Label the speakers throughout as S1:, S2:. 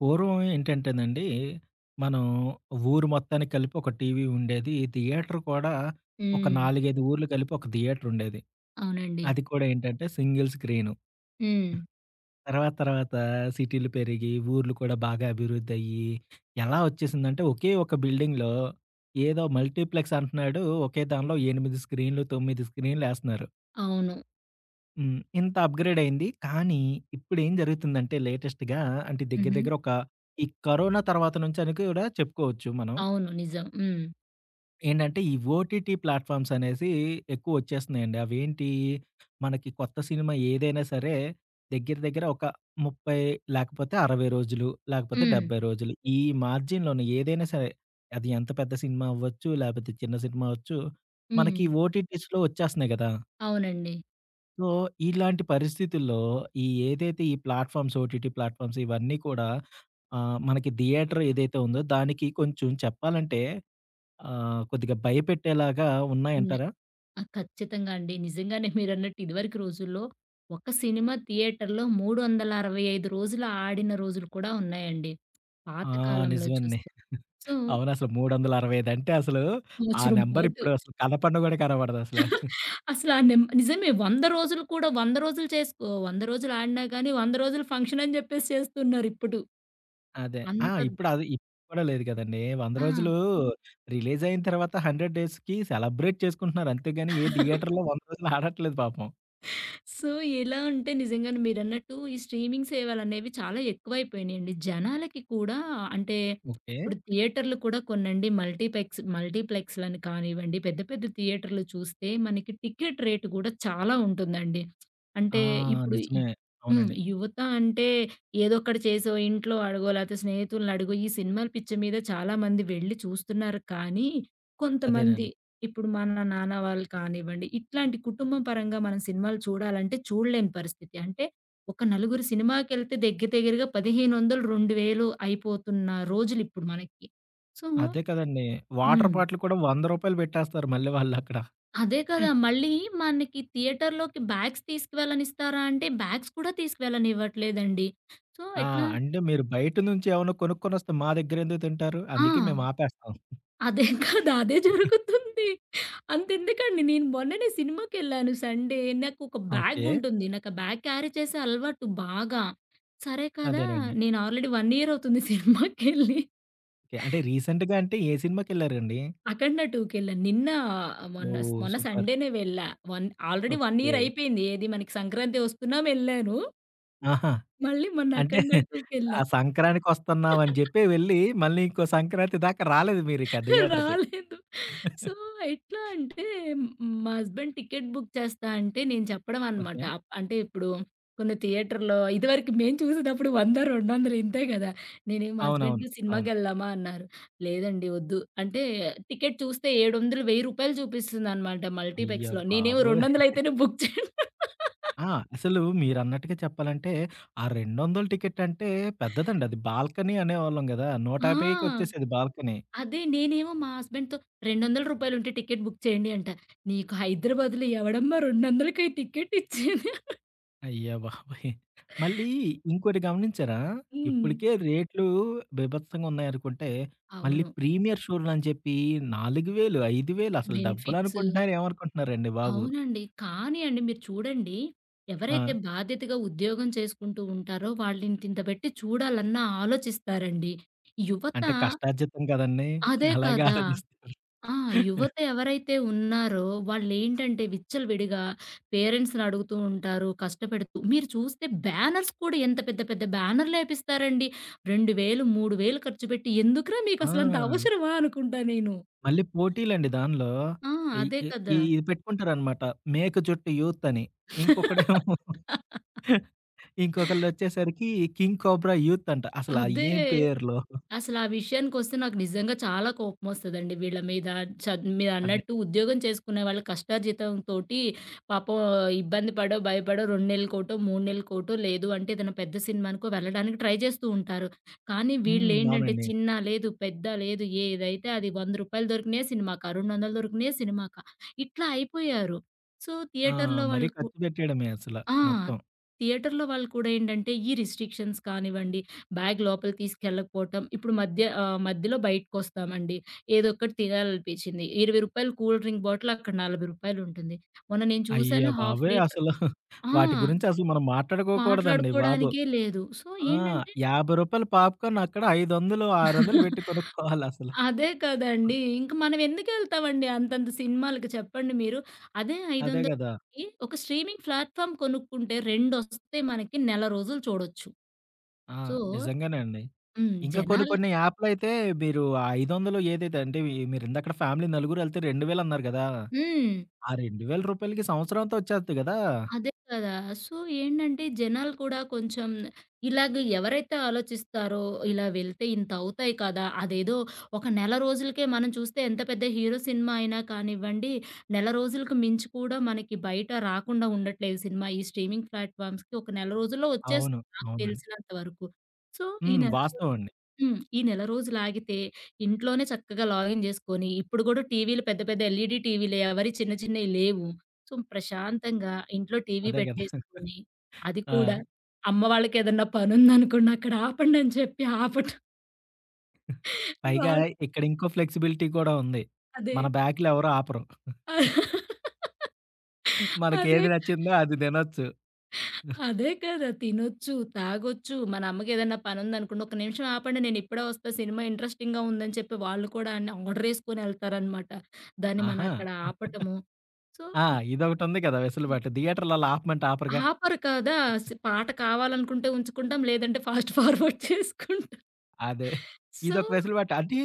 S1: పూర్వం ఏంటంటేనండి, మనం ఊరు మొత్తానికి కలిపి ఒక టీవీ ఉండేది. థియేటర్ కూడా ఒక
S2: హ్మ్.
S1: 4, 5 ఊర్లు కలిపి ఒక థియేటర్ ఉండేది.
S2: అవునండి.
S1: అది కూడా ఏంటంటే సింగిల్ స్క్రీను.
S2: హ్మ్.
S1: తర్వాత తర్వాత సిటీలు పెరిగి, ఊర్లు కూడా బాగా అభివృద్ధి అయ్యి, ఎలా వచ్చేసిందంటే ఒకే ఒక బిల్డింగ్‌లో ఏదో మల్టీప్లెక్స్ అంటున్నాడు. ఒకే దానిలో 8 స్క్రీన్‌లు, 9 స్క్రీన్‌లు ఎస్తన్నారు.
S2: అవును.
S1: హ్మ్. ఇంత అప్‌గ్రేడ్ అయింది. కానీ ఇప్పుడేం జరుగుతుందంటే లేటెస్ట్‌గా అంటే దగ్గర
S2: హుహు.
S1: దగ్గర ఒక ఈ కరోనా తర్వాత నుంచి అని కూడా చెప్పుకోవచ్చు మనం.
S2: అవును. నిజం. హ్మ్.
S1: ఏంటంటే ఈ ఓటీటీ ప్లాట్‌ఫార్మ్స్ అనేసి ఎక్కువొచ్చేస్తున్నాయండి. అవేంటి మనకి కొత్త సినిమా ఏదైనా సరే దగ్గర దగ్గర ఒక 30 లేకపోతే 60 రోజులు, లేకపోతే
S2: హ్మ్.
S1: 70 రోజులు ఈ మార్జిన్‌లోనే ఏదైనా సరే అది ఎంత పెద్ద సినిమా అవ్వచ్చు, లేకపోతే చిన్న సినిమా అవ్వచ్చు, మనకి
S2: హ్మ్.
S1: ఓటీటీస్‌లో వచ్చేస్తున్నాయి గదా!
S2: అవునండి.
S1: సో, ఇలాంటి పరిస్థితుల్లో ఈ ఏదైతే ఈ ప్లాట్‌ఫార్మ్స్ ఓటీటీ ప్లాట్‌ఫార్మ్స్ ఇవన్నీ కూడా ఆహ్, మనకి థియేటర్ ఏదైతే ఉందో దానికి కొంచెం చెప్పాలంటే ఆహ్, కొద్దిగా భయపెట్టేలాగా
S2: ఉన్నాయి.
S1: ఉన్నాయంటారా?
S2: ఆ! ఖచ్చితంగా అండి. నిజంగానే మీరన్నట్టు ఇదివరకు రోజుల్లో ఒక సినిమా థియేటర్‌లో 365 రోజులు ఆడిన రోజులు కూడా ఉన్నాయండి.
S1: ఆ!
S2: పాత కాలంలో
S1: నిజమండి.
S2: చూస్తే. సో,
S1: అవును. అసలు 365 అంటే అసలు ఆ
S2: సంవత్సరం
S1: నంబర్
S2: పాటు
S1: ఇప్పుడు అసలు కనపడను కూడా కనపడదసల.
S2: అసలు ఆ నెం నిజమే 100 రోజులు కూడా 100 రోజులు చేసుకో 100 రోజులు ఆడినా గాని 100 రోజులు ఫంక్షన్ అని జెప్పేసి చేస్తున్నారు ఇప్పుడు.
S1: అదే. ఆ!
S2: అంత
S1: ఇప్పుడు అది ఇప్పుడు కూడా లేదు కదండీ. 100
S2: ఆ!
S1: రోజులు రిలీజ్ అయిన తర్వాత 100 డేస్‌కి సెలబ్రేట్ చేసుకుంటున్నారు. అంతేగాని ఏ థియేటర్‌లో 100 రోజులు ఆడట్లేదు పాపం.
S2: సో, ఎలా అంటే నిజంగానే మీరన్నట్టు ఈ స్ట్రీమింగ్ సేవలనేవి చాలా ఎక్కువైపోయినియండి. జనాలకి కూడా అంటే
S1: ఓకే.
S2: ఇప్పుడు థియేటర్‌లు కూడా కొన్నండి మల్టీప్లెక్స్‌లని కానివ్వండి, పెద్ద పెద్ద థియేటర్‌లు చూస్తే మనకి టికెట్ రేట్ గూడా చాలా ఉంటుందండి.
S1: ఆ!
S2: అంటే ఇప్పుడు ఈ
S1: నిజమే.
S2: హ్మ్.
S1: అవునండి.
S2: యువత అంటే ఏదో ఒకటి చేసో, ఇంట్లో అడగో, లేతే స్నేహితుల్ని అడుగో, ఈ సినిమాల పిచ్చి మీద చాలా మంది వెళ్లి చూస్తున్నారు కానీ కొంతమంది
S1: అదేనండి.
S2: ఇప్పుడు మన నాన్న వాళ్ళు కానివ్వండి, ఇట్లాంటి కుటుంబం పరంగా మనం సినిమాలు చూడాలంటే చూడలేని పరిస్థితి. అంటే ఒక నలుగురు సినిమాకెళ్తే దగ్గర దగ్గరగా 1500, 2000 అయిపోతున్న రోజులిప్పుడు మనకి. సో
S1: అదే కదండీ. వాటర్
S2: హ్మ్.
S1: బాటిల్ కూడా రూ. 100 పెట్టేస్తారు మళ్ళీ వాళ్ళక్కడ.
S2: అదే కదా! మళ్ళీ మనకి థియేటర్‌లోకి బ్యాగ్స్ తీసుకువెళ్ళనిస్తారా అంటే బ్యాగ్స్ కూడా తీసుకువెళ్ళనివ్వట్లేదండి. సో
S1: ఆ!
S2: ఎట్లా
S1: అంటే మీరు బయట నుంచి ఏమన్నా కొనుక్కొనొస్తే మా దగ్గరెందుకు తింటారు?
S2: ఆ!
S1: అందుకే మేము ఆపేస్తాం.
S2: అదే కాదు. అదే జరుగుతుంది. అంతెందుకండి నేను మొన్ననే సినిమాకెళ్ళాను సండే. నాకొక
S1: ఓకే.
S2: బ్యాగుంటుంది. నాకు ఆ బ్యాగ్ క్యారీ చేసే అలవాటు బాగా. సరే కదా!
S1: అదేనండి.
S2: నేను ఆల్రెడీ 1 ఇయర్ అవుతుంది సినిమాకెళ్ళి.
S1: ఓకే. అంటే రీసెంట్‌గా అంటే ఏ సినిమాకెళ్లారండి?
S2: 'అఖండ 2'కెళ్ళాను. నిన్న మొన్న
S1: ఓహ్!
S2: మొన్న
S1: సూపర్.
S2: సండేనే వెళ్ళా. One already 1
S1: okay.
S2: ఇయర్ అయిపోయింది. ఏది మనకి సంక్రాంతి వస్తున్నా వెళ్ళాను.
S1: ఆహా!
S2: మళ్ళీ మొన్న
S1: అంటే
S2: 'అఖండ
S1: ఆ
S2: 2'కెళ్ళా.
S1: సంక్రాంతికొస్తున్నాం అని జెప్పి వెళ్లి మళ్ళీ ఇంకో సంక్రాంతి దాకా రాలేదు మీరిక థియేటర్‌కి.
S2: రాలేదు. సో, ఎట్లా అంటే మ్, మా హస్బెండ్ టికెట్ బుక్ చేస్తా అంటే నేను చెప్పడం అనమాట.
S1: ఓకే.
S2: అంటే ఇప్పుడు కొన్ని థియేటర్‌లో ఇదివరకు మేము చూసేటప్పుడు 100, 200 ఇంతే కదా! నేను మా
S1: అవునవును.
S2: హస్బెండ్‌కి
S1: అవును.
S2: సినిమాకెళ్దామా అన్నారు. లేదండి వద్దు. అంటే టికెట్ చూస్తే 700, రూ. 1000 చూపిస్తుందనమాట
S1: అయ్య
S2: మల్టీప్లెక్స్‌లో. నేనేమో
S1: బాబోయ్!
S2: 200 అయితేనే బుక్ చేయను.
S1: ఆ! అసలు మీరన్నట్టుగా చెప్పాలంటే, ఆ 200 టికెట్ అంటే పెద్దదండి. అది బాల్కనీ అనేవాళ్ళం గదా!
S2: ఆ!
S1: 150కి వచ్చేసేది బాల్కనీ.
S2: అదే నేనేమో మా హస్బెండ్‌తో "రూ. 200 ఉంటే టికెట్ బుక్ చేయండి" అంట. "నీకు హైదరాబాద్‌లో ఎవడమ్మా 200కి టికెట్ ఇచ్చేది".
S1: అయ్య బాబోయ్! మళ్ళీ ఇంకోటి గమనించారా?
S2: హ్మ్.
S1: ఇప్పటికే రేట్లు బీభత్సంగా ఉన్నాయనుకుంటే, మళ్ళీ
S2: అవును.
S1: ప్రీమియర్ షోలు అని చెప్పి 4000, 5000 అసలు
S2: బెనిఫిట్స్.
S1: డబ్బులనుకుంటున్నారు ఏమనుకుంటున్నారండి బాబు.
S2: అవునండి. కానీ అండి మీరు చూడండి, ఎవరైతే
S1: ఆ!
S2: బాధ్యతగా ఉద్యోగం చేసుకుంటూ ఉంటారో వాళ్ళింతింత పెట్టి చూడాలన్నా ఆలోచిస్తారండి. యువత.
S1: అంటే కష్టార్జితం కదండీ!
S2: అదే
S1: అలాగే
S2: కదా!
S1: ఆలోచిస్తారు.
S2: ఆ! యువత ఎవరైతే ఉన్నారో వాళ్ళేంటంటే విచ్చలవిడిగా పేరెంట్స్‌ని అడుగుతూ ఉంటారు, కష్టపెడుతూ మీరు చూస్తే బ్యానర్స్ కూడా ఎంత పెద్ద పెద్ద బ్యానర్‌లేపిస్తారండి. 2000, 3000 ఖర్చుపెట్టి ఎందుకురా
S1: ఆ!
S2: మీకసలంత అవసరమా అనుకుంటా నేను.
S1: మళ్ళీ పోటీలండి దానిలో.
S2: ఆ!
S1: ఈ
S2: అదే
S1: ఈ ఈ
S2: కదా!
S1: ఇది పెట్టుకుంటారనమాట. మేక జుట్టు యూత్ అని. ఇంకొకడేమో ఇంకొకళ్ళొచ్చేసరికి కింగ్ కోబ్రా యూత్ అంట. అసలా
S2: అదే.
S1: ఏం పేర్లో.
S2: అసలా విషయానికొస్తే నాకు నిజంగా చాలా కోపమొస్తదండి వీళ్ళ మీద.
S1: అదే.
S2: మీరన్నట్టు ఉద్యోగం చేసుకునే వాళ్ళు కష్టార్జితంతోటి పాపం ఇబ్బంది పడో, భయపడో 2 నెలలకోటో, 3 నెలలకోటో లేదు అంటే ఏదైనా పెద్ద సినిమానికో వెళ్ళడానికి ట్రై చేస్తూ ఉంటారు. కానీ
S1: హ్మ్.
S2: వీళ్ళేంటంటే
S1: అవునండి.
S2: చిన్న లేదు, పెద్ద లేదు ఏదైతే అది రూ. 100 దొరికినయే సినిమాకా, 200 దొరికినయే సినిమాకా ఇట్లా అయిపోయారు. సో,
S1: ఆ!
S2: థియేటర్‌లో
S1: మరీ
S2: వాళ్ళు కు
S1: ఖర్చు పెట్టేయడమే అసల
S2: ఆ!
S1: మొత్తం.
S2: థియేటర్‌లో వాళ్ళు కూడా ఏంటంటే, ఈ రిస్ట్రిక్షన్స్ కానివ్వండి, బ్యాగ్ లోపల తీసుకెళ్ళకపోవటం, ఇప్పుడు మధ్యలో బయటకొస్తామండి. ఏదో ఒకటి తినాలనిపించింది. రూ. 20 కూల్ డ్రింక్ బాటిల్ అక్కడ రూ. 40 ఉంటుంది. మొన్న నేను
S1: అయ్య
S2: చూసాను హాఫ్
S1: బాబోయ్!
S2: లీటర్.
S1: అసలు
S2: ఆ!
S1: వాటి గురించి అసలు మనం మాట్లాడుకోకూడదండి బాబు.
S2: మాట్లాడుకోవడానికే లేదు. సో,
S1: ఆ! రూ.
S2: ఏంటంటే.
S1: 50 పాప్‌కార్న్ అక్కడ 500, 600 పెట్టి కొనుక్కోవాలసల.
S2: అదే కదండీ! ఇంక మనం ఎందుకెళ్తామండి అంతంత సినిమాలకి చెప్పండి మీరు. అదే
S1: అదే గదా!
S2: 500కి ఒక స్ట్రీమింగ్ ప్లాట్‌ఫార్మ్ కొనుక్కుంటే రెండొస్తే మనకి నెల రోజులు చూడొచ్చు.
S1: ఆ!
S2: సో
S1: నిజంగానే అండి.
S2: హ్మ్.
S1: ఇంకా కొన్ని
S2: జనాలు.
S1: కొన్ని యాప్‌లయితే మీరు ఆ 500 ఏదైతే అంటే వి మీరిందాకడ ఫ్యామిలీ నలుగురెళ్తే 2000 అన్నారు గదా!
S2: హ్మ్.
S1: ఆ రూ. 2000కి సంవత్సరంతో వచ్చేస్తది గదా!
S2: అదే కదా! సో, ఏంటంటే జనాలు కూడా కొంచెం ఇలాగ ఎవరైతే ఆలోచిస్తారో, ఇలా వెళ్తే ఇంత అవుతాయి కదా! అదేదో ఒక నెల రోజులకే మనం చూస్తే ఎంత పెద్ద హీరో సినిమా అయినా కానివ్వండి, నెల రోజులకు మించి కూడా మనకి బయట రాకుండా ఉండట్లేదు సినిమా. ఈ స్ట్రీమింగ్ ప్లాట్‌ఫార్మ్స్‌కి ఒక నెల రోజుల్లో
S1: అవును.
S2: వచ్చేస్తుంది నాకు
S1: అవునండి.
S2: తెలిసినంత వరకు. సో, ఈ
S1: హ్మ్.
S2: నెల
S1: వాస్తవం అండి.
S2: హ్మ్. ఈ నెల రోజులాగితే ఇంట్లోనే చక్కగా లాగిన్ జేసుకొని, ఇప్పుడు గూడా టీవీలు పెద్ద పెద్ద ఎల్‌ఈడీ టీవీలే ఎవరి చిన్న చిన్నయి లేవు. సో, ప్రశాంతంగా ఇంట్లో టీవీ
S1: అదే గదా!
S2: పెట్టేసుకొని, అది
S1: ఆ!
S2: కూడా అమ్మ వాళ్ళకేదన్నా పనుందనుకోండి అక్కడ ఆపండని చెప్పి ఆపటం.
S1: పైగా
S2: వాళ్
S1: ఇక్కడ ఇంకో ఫ్లెక్సిబిలిటీ కూడా ఉంది.
S2: అదే.
S1: మన బ్యాక్‌లో ఎవరు ఆపరు.
S2: అదే.
S1: మనకేది నచ్చిందో అది తినొచ్చు.
S2: అదే కదా! తినొచ్చు, తాగొచ్చు. మన అమ్మకేదన్నా పనుందనుకోండి, "ఒక్క నిమిషం ఆపండి నేనిప్పుడే వస్తా సినిమా ఇంట్రెస్టింగ్‌గా ఉందని" చెప్పి వాళ్ళు కూడా అన్ని ఆర్డరేసుకొనెళ్తారనమాట. దాన్ని మనం
S1: ఆహా!
S2: అక్కడ ఆపటము. సో,
S1: ఆ!
S2: ఇ
S1: ఇదొకటుంది కదా! వెసులుబాటు. థియేటర్‌లలో ఆపమంటే ఆపరుగా.
S2: ఆపరు కదా! పాట కావాలనుకుంటే ఉంచుకుంటాం. లేదంటే ఫాస్ట్ ఫార్వర్డ్ చేసుకుంటాం.
S1: అదే.
S2: సో
S1: ఇదొక వెసులుబాటు. అంటే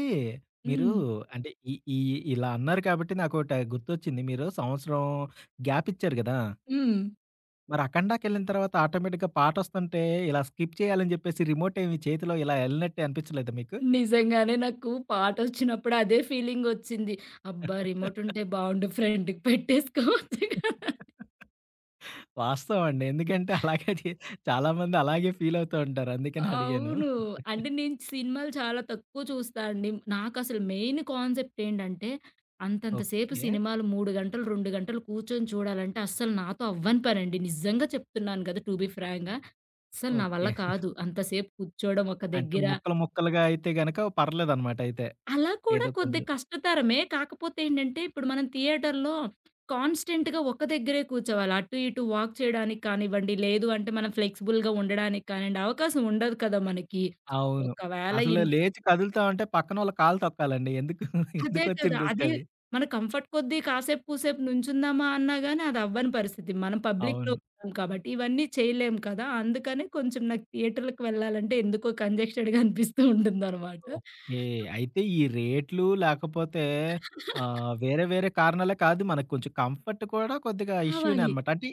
S1: మీరు
S2: హ్మ్.
S1: అంటే ఈ ఈ ఇలా అన్నారు కాబట్టి నాకోట గుర్తొచ్చింది. మీరు సంవత్సరం గ్యాప్ ఇచ్చారు గదా!
S2: హ్మ్.
S1: మరి 'అఖండా'కెళ్ళిన తర్వాత ఆటోమేటిక్‌గా పాటొస్తుంటే ఇలా స్కిప్ చేయాలని జెప్పేసి రిమోట్ ఏమి చేతిలో ఇలా ఎళ్ళినట్టు అనిపించలేదా మీకు?
S2: నిజంగానే నాకు పాటొచ్చినప్పుడు అదే ఫీలింగొచ్చింది. అబ్బా! రిమోట్ ఉంటే బావుండు ఫ్రెండ్‌కి పెట్టేసుకోవచ్చు కదా!
S1: వాస్తవం అండి. ఎందుకంటే అలాగే చే చాలామంది అలాగే ఫీల్ అవుతూ ఉంటారు. అందుకని అడిగాను.
S2: అవును. అంటే నేను సినిమాలు చాలా తక్కువ చూస్తా అండి. నాకసలు మెయిన్ కాన్సెప్ట్ ఏంటంటే, అంతంత సేపు
S1: ఓకే.
S2: సినిమాలు 3 గంటలు, 2 గంటలు కూర్చొని చూడాలంటే అస్సలు నాతో అవ్వని పనండి. నిజంగా చెప్తున్నాను కదా! టు బీ ఫ్రాంక్‌గా అస్సలు నా వల్ల
S1: ఓకే.
S2: కాదు. అంతసేపు కూర్చోవడం ఒక
S1: అంటే
S2: దగ్గర.
S1: ముక్కలు ముక్కలుగా అయితే గనక పర్లేదనమాట అయితే.
S2: అలా కూడా
S1: ఏదో
S2: కొద్దిగా
S1: కొంచెం
S2: కష్టతరమే. కాకపోతే ఏంటంటే, ఇప్పుడు మనం థియేటర్‌లో కాన్స్టెంట్‌గా ఒక్క దగ్గరే కూర్చోవాలి. అటు ఇటు వాక్ చేయడానికి కానివ్వండి, లేదు అంటే మనం ఫ్లెక్సిబుల్‌గా ఉండడానికి కానివ్వండి, అవకాశం ఉండదు కదా మనకి.
S1: అవును.
S2: ఒకవేళ
S1: అసలు
S2: ఇన్
S1: లేచి కదులుతామంటే పక్కనోళ్ళ కాళ్ళు తొక్కాలండి. ఎందుకు
S2: అదే
S1: ఎందుకొచ్చిన
S2: కదా!
S1: రిస్క్
S2: అదే
S1: అది.
S2: మన కంఫర్ట్ కొద్దీ కాసేపు, కూసేపు నుంచుందామా అన్నా గాని అది అవ్వని పరిస్థితి. మనం పబ్లిక్‌లో
S1: అవును.
S2: ఉన్నాం కాబట్టి ఇవన్నీ చేయలేం కదా! అందుకనే కొంచెం నాకు థియేటర్‌లకి వెళ్ళాలంటే ఎందుకో కంజెస్టెడ్‌గా అనిపిస్తూ ఉంటుందనమాట.
S1: ఓకే. అయితే ఈ రేట్లు లేకపోతే ఆహ్, వేరే వేరే కారణాలే కాదు మనకు కొంచెం కంఫర్ట్ కూడా కొద్దిగా ఇష్యూనే
S2: కావాలి.
S1: అనమాట. అంటే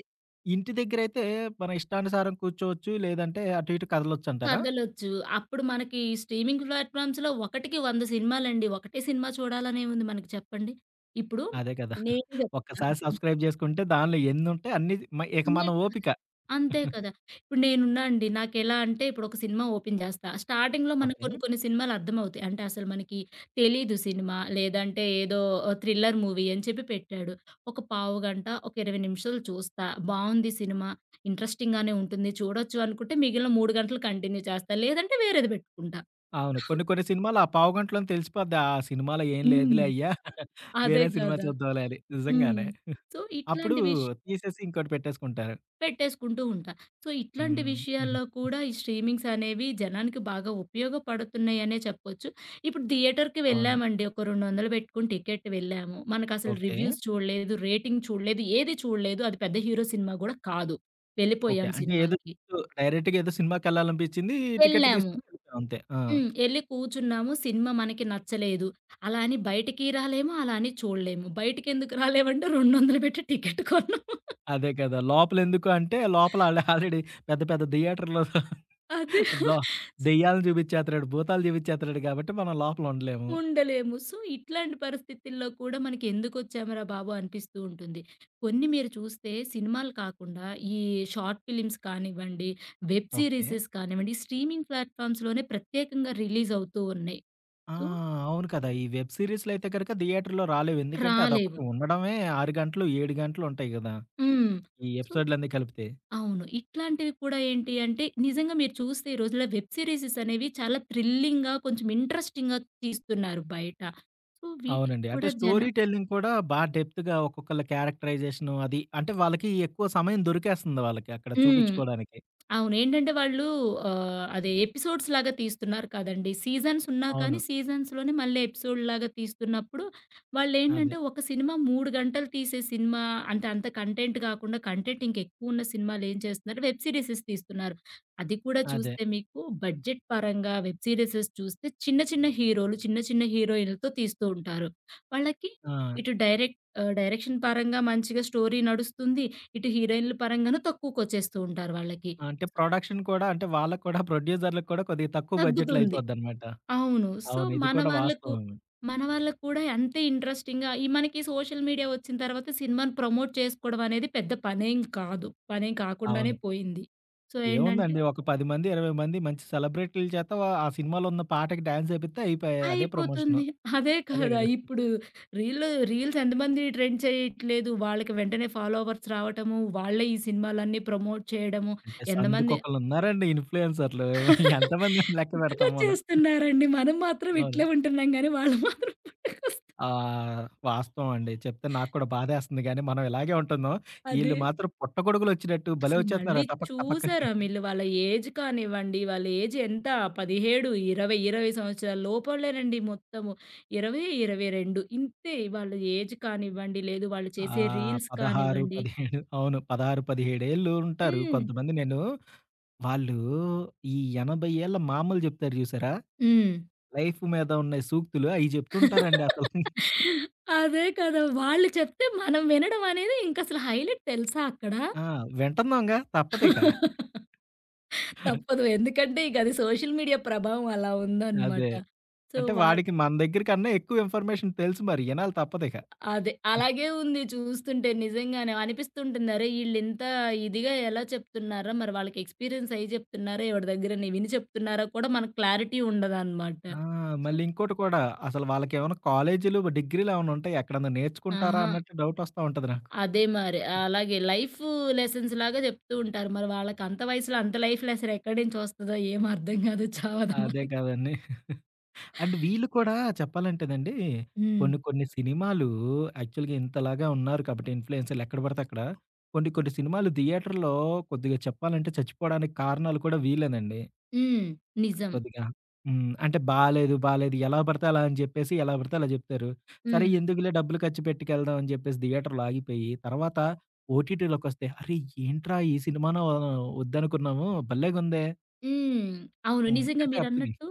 S1: ఇంటి దగ్గరైతే మన ఇష్టానుసారం కూర్చోవచ్చు. లేదంటే అటు ఇటు కదలొచ్చంటారా?
S2: కదలొచ్చు. అప్పుడు మనకి స్ట్రీమింగ్ ప్లాట్‌ఫార్మ్స్‌లో ఒకటికి 100 సినిమాలండి. ఒకటే సినిమా చూడాలనేముంది మనకి చెప్పండి? ఇప్పుడు
S1: అదే కదా!
S2: నేనే చెప్తున్నా.
S1: ఒక్కసారి సబ్‌స్క్రైబ్ చేసుకుంటే దానిలో ఎన్నుంటాయి అన్నీ మ ఇక
S2: అదే
S1: మన
S2: కదా!
S1: ఓపిక.
S2: అంతే కదా! ఇప్పుడు నేనున్నా అండి. నాకెలా అంటే ఇప్పుడు ఒక సినిమా ఓపెన్ జేస్తా. స్టార్టింగ్‌లో మనకు
S1: ఓకే.
S2: కొన్ని కొన్ని సినిమాలు అర్థమవుతాయి. అంటే అసలు మనకి తెలీదు సినిమా. లేదంటే ఏదో థ్రిల్లర్ మూవీ అని చెప్పి పెట్టాడు. ఒక పావుగంట, ఒక 20 నిమిషాలు చూస్తా. బావుంది సినిమా. ఇంట్రెస్టింగ్‌గానే ఉంటుంది. చూడొచ్చు అనుకుంటే మిగిలిన 3 గంటలు కంటిన్యూ చేస్తా. లేదంటే వేరేది పెట్టుకుంటా.
S1: అవును. కొన్ని కొన్ని సినిమాలు ఆ పావుగంటలోనే తెలిసిపోద్ది. ఆ సినిమాలో ఏం లేదులే
S2: హ్మ్.
S1: అయ్యా.
S2: అదే
S1: వేరే సినిమా
S2: కదా!
S1: చూద్దాంలే అని.
S2: హ్మ్.
S1: నిజంగానే.
S2: సో,
S1: అప్పుడు
S2: ఇట్లాంటి విష్
S1: తీసేసి ఇంకోటి పెట్టేసుకుంటారు.
S2: పెట్టేసుకుంటూ ఉంటా. సో, ఇట్లాంటి
S1: హ్మ్. హుహు.
S2: విషయాల్లో కూడా ఈ స్ట్రీమింగ్స్ అనేవి జనానికి బాగా ఉపయోగపడుతున్నాయనే చెప్పొచ్చు. ఇప్పుడు థియేటర్‌కి
S1: అవును.
S2: వెళ్ళామండి. ఒక 200 పెట్టుకొని టికెట్ వెళ్ళాము. మనకసలు
S1: ఓకే.
S2: రివ్యూస్ చూడలేదు, రేటింగ్ చూడలేదు, ఏది చూడలేదు. అది పెద్ద హీరో సినిమా గూడా కాదు.
S1: ఓకే.
S2: వెళ్ళిపోయాం
S1: అంటే ఏదో
S2: సినిమాకి.
S1: డైరెక్ట్‌గా ఏదో సినిమాకెళ్ళాలనిపించింది. టికెట్
S2: వెళ్ళాము.
S1: తీసుకొని వెళ్ళిపోయాం అంతే. ఆ!
S2: హ్మ్. ఎళ్లి కూర్చున్నాము. సినిమా మనకి నచ్చలేదు. అలా అని బయటికి రాలేము. అలా అని చూడలేము. బయటికెందుకు రాలేమంటే 200 పెట్టి టికెట్ కొన్నాము.
S1: అదే కదా! లోపలెందుకు అంటే లోపల ఆల్రెడీ పెద్ద పెద్ద థియేటర్‌లో
S2: అది.
S1: దో దెయ్యాలను చూపించేత్తన్నాడు. భూతాలు చూపించేత్తన్నాడు కాబట్టి మనం లోపల ఉండలేము.
S2: ఉండలేము. సో, ఇట్లాంటి పరిస్థితుల్లో కూడా మనకి ఎందుకొచ్చామురా బాబు! అనిపిస్తూ ఉంటుంది. కొన్ని మీరు చూస్తే సినిమాలు కాకుండా ఈ షార్ట్ ఫిలిమ్స్ కానివ్వండి, వెబ్
S1: ఓకే.
S2: సీరీసెస్ కానివ్వండి, స్ట్రీమింగ్ ప్లాట్‌ఫామ్స్‌లోనే ప్రత్యేకంగా రిలీజ్ అవుతూ ఉన్నాయి.
S1: ఆ!
S2: సో,
S1: అవును కదా! ఈ వెబ్ సీరీస్‌లు అయితే గనుక థియేటర్‌లో రాలేవు. ఎందుకంటే
S2: రాలేవు.
S1: అదొకటి ఉండడమే 6 గంటలు, 7 గంటలు ఉంటాయి గదా!
S2: హ్మ్.
S1: ఈ
S2: సో
S1: ఎపిసోడ్‌లన్నీ కలిపితే.
S2: అవును. ఇట్లాంటివి కూడా ఏంటి అంటే నిజంగా మీరు చూస్తే ఈ రోజుల్లో వెబ్ సీరీసెస్ అనేవి చాలా థ్రిల్లింగ్‌గా కొంచెం ఇంట్రెస్టింగ్‌గా తీస్తున్నారు బయట. సో, వీటికి
S1: అవునండి. అంటే
S2: కూడా జన
S1: స్టోరీ టెల్లింగ్ కూడా బా డెప్త్‌గా ఒక్కొక్కళ్ళ క్యారెక్టరైజేషను అది అంటే వాళ్ళకి ఎక్కువ సమయం దొరికేస్తుంది వాళ్ళకి అక్కడ
S2: హ్మ్.
S1: చూపిచ్చుకోడానికి.
S2: అవును. ఏంటంటే వాళ్ళు అదే ఎపిసోడ్స్ లాగా తీస్తున్నారు కదండీ! సీజన్స్ ఉన్నా
S1: అవును.
S2: కానీ సీజన్స్‌లోనే మళ్ళీ ఎపిసోడ్‌లాగా తీస్తున్నప్పుడు
S1: అదే.
S2: వాళ్ళేంటంటే ఒక సినిమా 3 గంటలు తీసే సినిమా అంటే అంత కంటెంట్ గాకుండా కంటెంట్ ఇంకెక్కువున్న సినిమాలేం చేస్తున్నారు వెబ్ సీరీసెస్ తీస్తున్నారు. అది కూడా
S1: అదే.
S2: చూస్తే మీకు బడ్జెట్ పరంగా వెబ్ సీరీసెస్ చూస్తే చిన్న చిన్న హీరోలు, చిన్న చిన్న హీరోయిన్‌లతో తీస్తూ ఉంటారు. వాళ్ళకి
S1: ఆ!
S2: ఇటు డైరెక్షన్ పరంగా మంచిగా స్టోరీ నడుస్తుంది. ఇటు హీరోయిన్‌ల పరంగాను తక్కువకొచ్చేస్తూ ఉంటారు వాళ్ళకి.
S1: అంటే ప్రొడక్షన్ కూడా అంటే వాళ్ళకి కూడా ప్రొడ్యూసర్‌లకి కూడా కొద్దిగా తక్కువ బడ్జెట్‌లో
S2: తగ్గుతుంది.
S1: అయిపోద్దనమాట.
S2: అవును. సో,
S1: అవును. ఇది
S2: మన
S1: కూడా
S2: వాళ్ళకు
S1: వాస్తవమే.
S2: మన వాళ్ళకి కూడా అంతే ఇంట్రెస్టింగ్‌గా ఈ మనకి సోషల్ మీడియా వచ్చిన తర్వాత సినిమాని ప్రమోట్ చేసుకోవడం అనేది పెద్ద పనేం కాదు. పనేం కాకుండానే
S1: అవును.
S2: పోయింది. సో, ఏంటంటే
S1: ఏముందండి ఒక 10 మంది, 20 మంది మంచి సెలబ్రిటీల చేత ఆ సినిమాలో ఉన్న పాటకి డాన్స్ ఏపిత్తే అయిపాయే. అదే ప్రమోషను.
S2: అయిపోతుంది. అదే
S1: అదే
S2: కదా!
S1: గదా!
S2: ఇప్పుడు రీల్స్ ఎంతమంది ట్రెండ్ చేయట్లేదు. వాళ్ళకి వెంటనే ఫాలోవర్స్ రావటము, వాళ్ళే ఈ సినిమాలన్నీ ప్రమోట్ చేయడము,
S1: అంటే
S2: ఎంతమంది.
S1: సందుకొకళ్ళున్నారండి ఇన్‌ఫ్లుయెన్సర్‌లు ఎంతమందిని లెక్క పెడతాం మనం.
S2: పుట్టుకొచ్చేస్తున్నారండి. మనం మాత్రం
S1: అవును.
S2: ఇట్లే ఉంటున్నాం గానీ, వాళ్ళు మాత్రం
S1: ఆ! వాస్తవం అండి. చెప్తే నాకు కూడా బాధేస్తుంది గానీ, మనం ఇలాగే ఉంటున్నాం.
S2: అదే.
S1: ఈళ్ళు మాత్రం పుట్టగొడుగులొచ్చినట్టు భలే
S2: అసలు మళ్ళీ
S1: వచ్చేస్తున్నారు టపక్ టపక్కని.
S2: చూసారా వీళ్ళు వాళ్ళ ఏజ్ కానివ్వండి, వాళ్ళ ఏజ్ ఎంత 17, 20, 20 సంవత్సరాల లోపలేనండి మొత్తము. 20, 22 ఇంతే వాళ్ళ ఏజ్ కానివ్వండి, లేదు వాళ్ళు చేసే
S1: ఆహ్,
S2: రీల్స్
S1: 16,
S2: కానివ్వండి.
S1: 17 అవును. 16, 17 ఏళ్ళు ఉంటారు.
S2: హ్మ్.
S1: కొంతమంది నేను వాళ్ళు ఈ 80 ఏళ్ల మామలు చెప్తారు చూసారా?
S2: హ్మ్.
S1: లైఫ్ మీద ఉన్న సూక్తులు అయి చెప్తుంటారండి అసలు.
S2: అదే కదా! వాళ్ళు చెప్తే మనం వినడం అనేది ఇంకసలు హైలైట్ తెలుసా అక్కడ.
S1: ఆ! వింటున్నాంగా తప్పదిక.
S2: తప్పదు. ఎందుకంటే ఇక అది సోషల్ మీడియా ప్రభావం అలా
S1: అదే.
S2: ఉందనమాట. సో,
S1: అంటే
S2: వా
S1: వాడికి మన దగ్గర కన్నా ఎక్కువ ఇన్ఫర్మేషన్ తెలుసు మరి. ఇనాలి తప్పదిక.
S2: అదే. అలాగే ఉంది చూస్తుంటే నిజంగానే. అనిపిస్తుంటుంది అరే! ఈళ్ళింత ఇదిగా ఎలా చెప్తున్నారా? మరి వాళ్ళకి ఎక్స్‌పీరియన్స్ అయ్యి చెప్తున్నారా? ఎవడి దగ్గరని విని చెప్తున్నారా కూడా మనకు క్లారిటీ ఉండదనమాట.
S1: ఆ!
S2: సో
S1: మళ్ళీ ఇంకోటి కూడా అసలు వాళ్ళకేమైనా కాలేజీలు, డిగ్రీలు ఏమైనా ఉంటాయా? ఎక్కడన్నా నేర్చుకుంటారా
S2: ఆహా!
S1: అన్నట్టు డౌటొస్తా ఉంటది నాకు.
S2: అదే మరి. అలాగే లైఫ్ లెసన్స్ లాగా చెప్తూ ఉంటారు. మరి వాళ్ళకి అంత వయసులో అంత లైఫ్ లెసన్ ఎక్కడి నుంచి వస్తదో ఏం అర్థం కాదు చావదు
S1: అదే
S2: మనకి.
S1: కదండీ. అండ్ వీళ్ళు కూడా చెప్పాలంటేనండి
S2: హ్మ్.
S1: కొన్ని కొన్ని సినిమాలు యాక్చువల్‌గా ఇంతలాగా ఉన్నారు కాబట్టి ఇన్‌ఫ్లుయెన్సర్‌లు ఎక్కడ పడితే అక్కడ. కొన్ని కొన్ని సినిమాలు థియేటర్‌లో కొద్దిగా చెప్పాలంటే చచ్చిపోవడానికి కారణాలు కూడా వీళ్ళేనండి.
S2: హ్మ్. నిజం.
S1: కొద్దిగా. హ్మ్. అంటే బాలేదు, బాలేదు ఎలా పడితే అలా అని జెప్పేసి, ఎలా పడితే అలా జెప్తారు. సరే
S2: హ్మ్.
S1: ఎందుకులే డబ్బులు ఖర్చు పెట్టుకెళ్దాం అని జెప్పేసి థియేటర్‌లో ఆగిపోయి, తర్వాత ఓటీటీలోకొస్తే అరే! ఏంట్రా ఈ సినిమాను వద్దనుకున్నాము భలేగుందే!
S2: హ్మ్. అవును.
S1: హ్మ్.
S2: నిజంగా
S1: అంటే అప్పటికి
S2: మీరన్నట్టు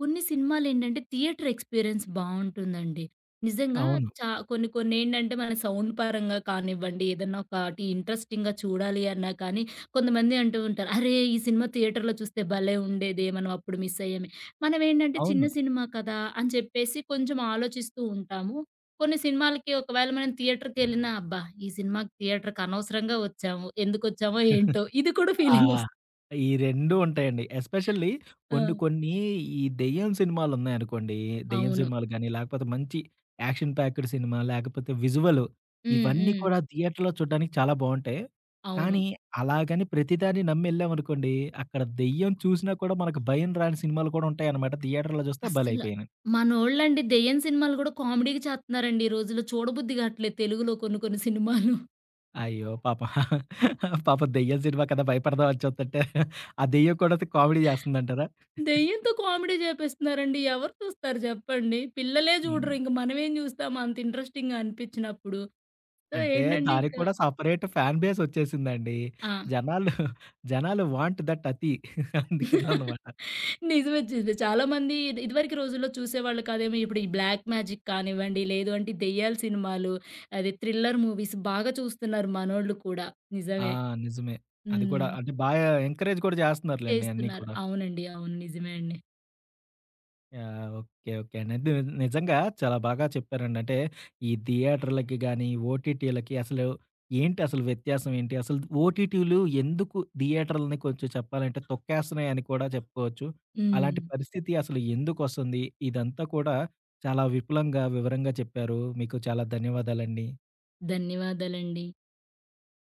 S2: కొన్ని సినిమాలేంటంటే థియేటర్ ఎక్స్‌పీరియన్స్ బావుంటుందండి. నిజంగా
S1: అవును.
S2: కొన్ని కొన్నేంటంటే మన సౌండ్ పరంగా కానివ్వండి, ఏదన్నా ఒకటి ఇంట్రెస్టింగ్‌గా చూడాలి అన్నా కానీ కొంతమంది అంటూ ఉంటారు, "అరే! ఈ సినిమా థియేటర్‌లో చూస్తే భలే ఉండేదే! మనం అప్పుడు మిస్ అయ్యామే." మనమేంటంటే చిన్న
S1: అవును.
S2: సినిమా కదా అని చెప్పేసి కొంచెం ఆలోచిస్తూ ఉంటాము. కొన్ని సినిమాలకి ఒకవేళ మనం థియేటర్‌కెళ్ళినా, అబ్బా! ఈ సినిమాకి థియేటర్‌కి అనవసరంగా వచ్చాము. ఎందుకొచ్చామో ఏంటో! ఇది కూడా
S1: ఆ!
S2: ఫీలింగొస్
S1: ఈ 2 ఉంటాయండి. ఎస్పెషల్లీ
S2: ఆ!
S1: కొన్ని కొన్ని ఈ దెయ్యం సినిమాలున్నాయనుకోండి. దెయ్యం
S2: అవును.
S1: సినిమాలు గాని, లేకపోతే మంచి యాక్షన్ ప్యాక్డ్ సినిమా, లేకపోతే విజువల్
S2: హ్మ్.
S1: ఇవన్నీ
S2: హ్మ్.
S1: కూడా థియేటర్‌లో చూడడానికి చాలా బావుంటాయి.
S2: అవును.
S1: కానీ అలాగని ప్రతిదాన్ని నమ్మెళ్ళామనుకోండి, అక్కడ దెయ్యం చూసినా కూడా మనకు భయం రాని సినిమాలు కూడా ఉంటాయన్నమాట. థియేటర్‌లో చూస్తే
S2: అస్సల
S1: బలైపోయాను.
S2: మనోళ్ళండి దెయ్యం సినిమాలు గూడా కామెడీకి చేత్తన్నారండి ఈ రోజుల్లో. చూడబుద్ధి గాట్లేదు తెలుగులో కొన్ని కొన్ని సినిమాలు.
S1: అయ్యో! పాపం పాపం దెయ్యం సినిమా కదా! భయపడదాం అని చూస్తుంటే ఆ దెయ్యం కూడా కామెడీ చేస్తుందంటారా?
S2: దెయ్యంతో కామెడీ జేపిస్తున్నారండి. ఎవరు చూస్తారు జెప్పండి? పిల్లలే
S1: హ్మ్.
S2: జూడరు. ఇంక మనమేం జూస్తాం అంత ఇంట్రెస్టింగ్‌గా అనిపిచ్చినప్పుడు. సో,
S1: అంటే
S2: ఏంటంటే ఇంక.
S1: దానికి కూడా సెపరేట్ ఫ్యాన్ బేస్ వచ్చేసిందండి.
S2: ఆ!
S1: జనాలు, జనాలు వాంట్ దట్ అతి. అందుకేనన్నమాట.
S2: నిజమే. నిజమే. చాలా మంది ఇది ఇదివరకు రోజుల్లో చూసేవాళ్ళు కాదేమో. ఇప్పుడు ఈ బ్లాక్ మ్యాజిక్ కానివ్వండి, లేదు అంటే దెయ్యాల సినిమాలు, అది థ్రిల్లర్ మూవీస్ బాగా చూస్తున్నారు మనోళ్ళు కూడా.
S1: ఆ!
S2: నిజమే.
S1: నిజమే. అది కూడా
S2: హ్మ్.
S1: అంటే బాగా ఎంకరేజ్ కూడా చేస్తున్నారులెండి అన్నీ
S2: చేస్తున్నారు.
S1: కూడా.
S2: అవునండి. అవును. నిజమే అండి.
S1: యాహ్! ఓకే. ఓకే అండి. అది నిజంగా చాలా బాగా చెప్పారండి. అంటే ఈ థియేటర్‌లకి గాని, ఓటీటీలకి అసలు ఏంటి అసలు వ్యత్యాసం ఏంటి? అసలు ఓటీటీలు ఎందుకు థియేటర్‌లని కొంచెం చెప్పాలంటే తొక్కేస్తున్నాయని కూడా చెప్పుకోవచ్చు. అలాంటి
S2: హ్మ్.
S1: పరిస్థితి అసలు ఎందుకొస్తుంది? ఇదంతా కూడా చాలా విపులంగా, వివరంగా చెప్పారు. మీకు చాలా ధన్యవాదాలండి.
S2: ధన్యవాదాలండి.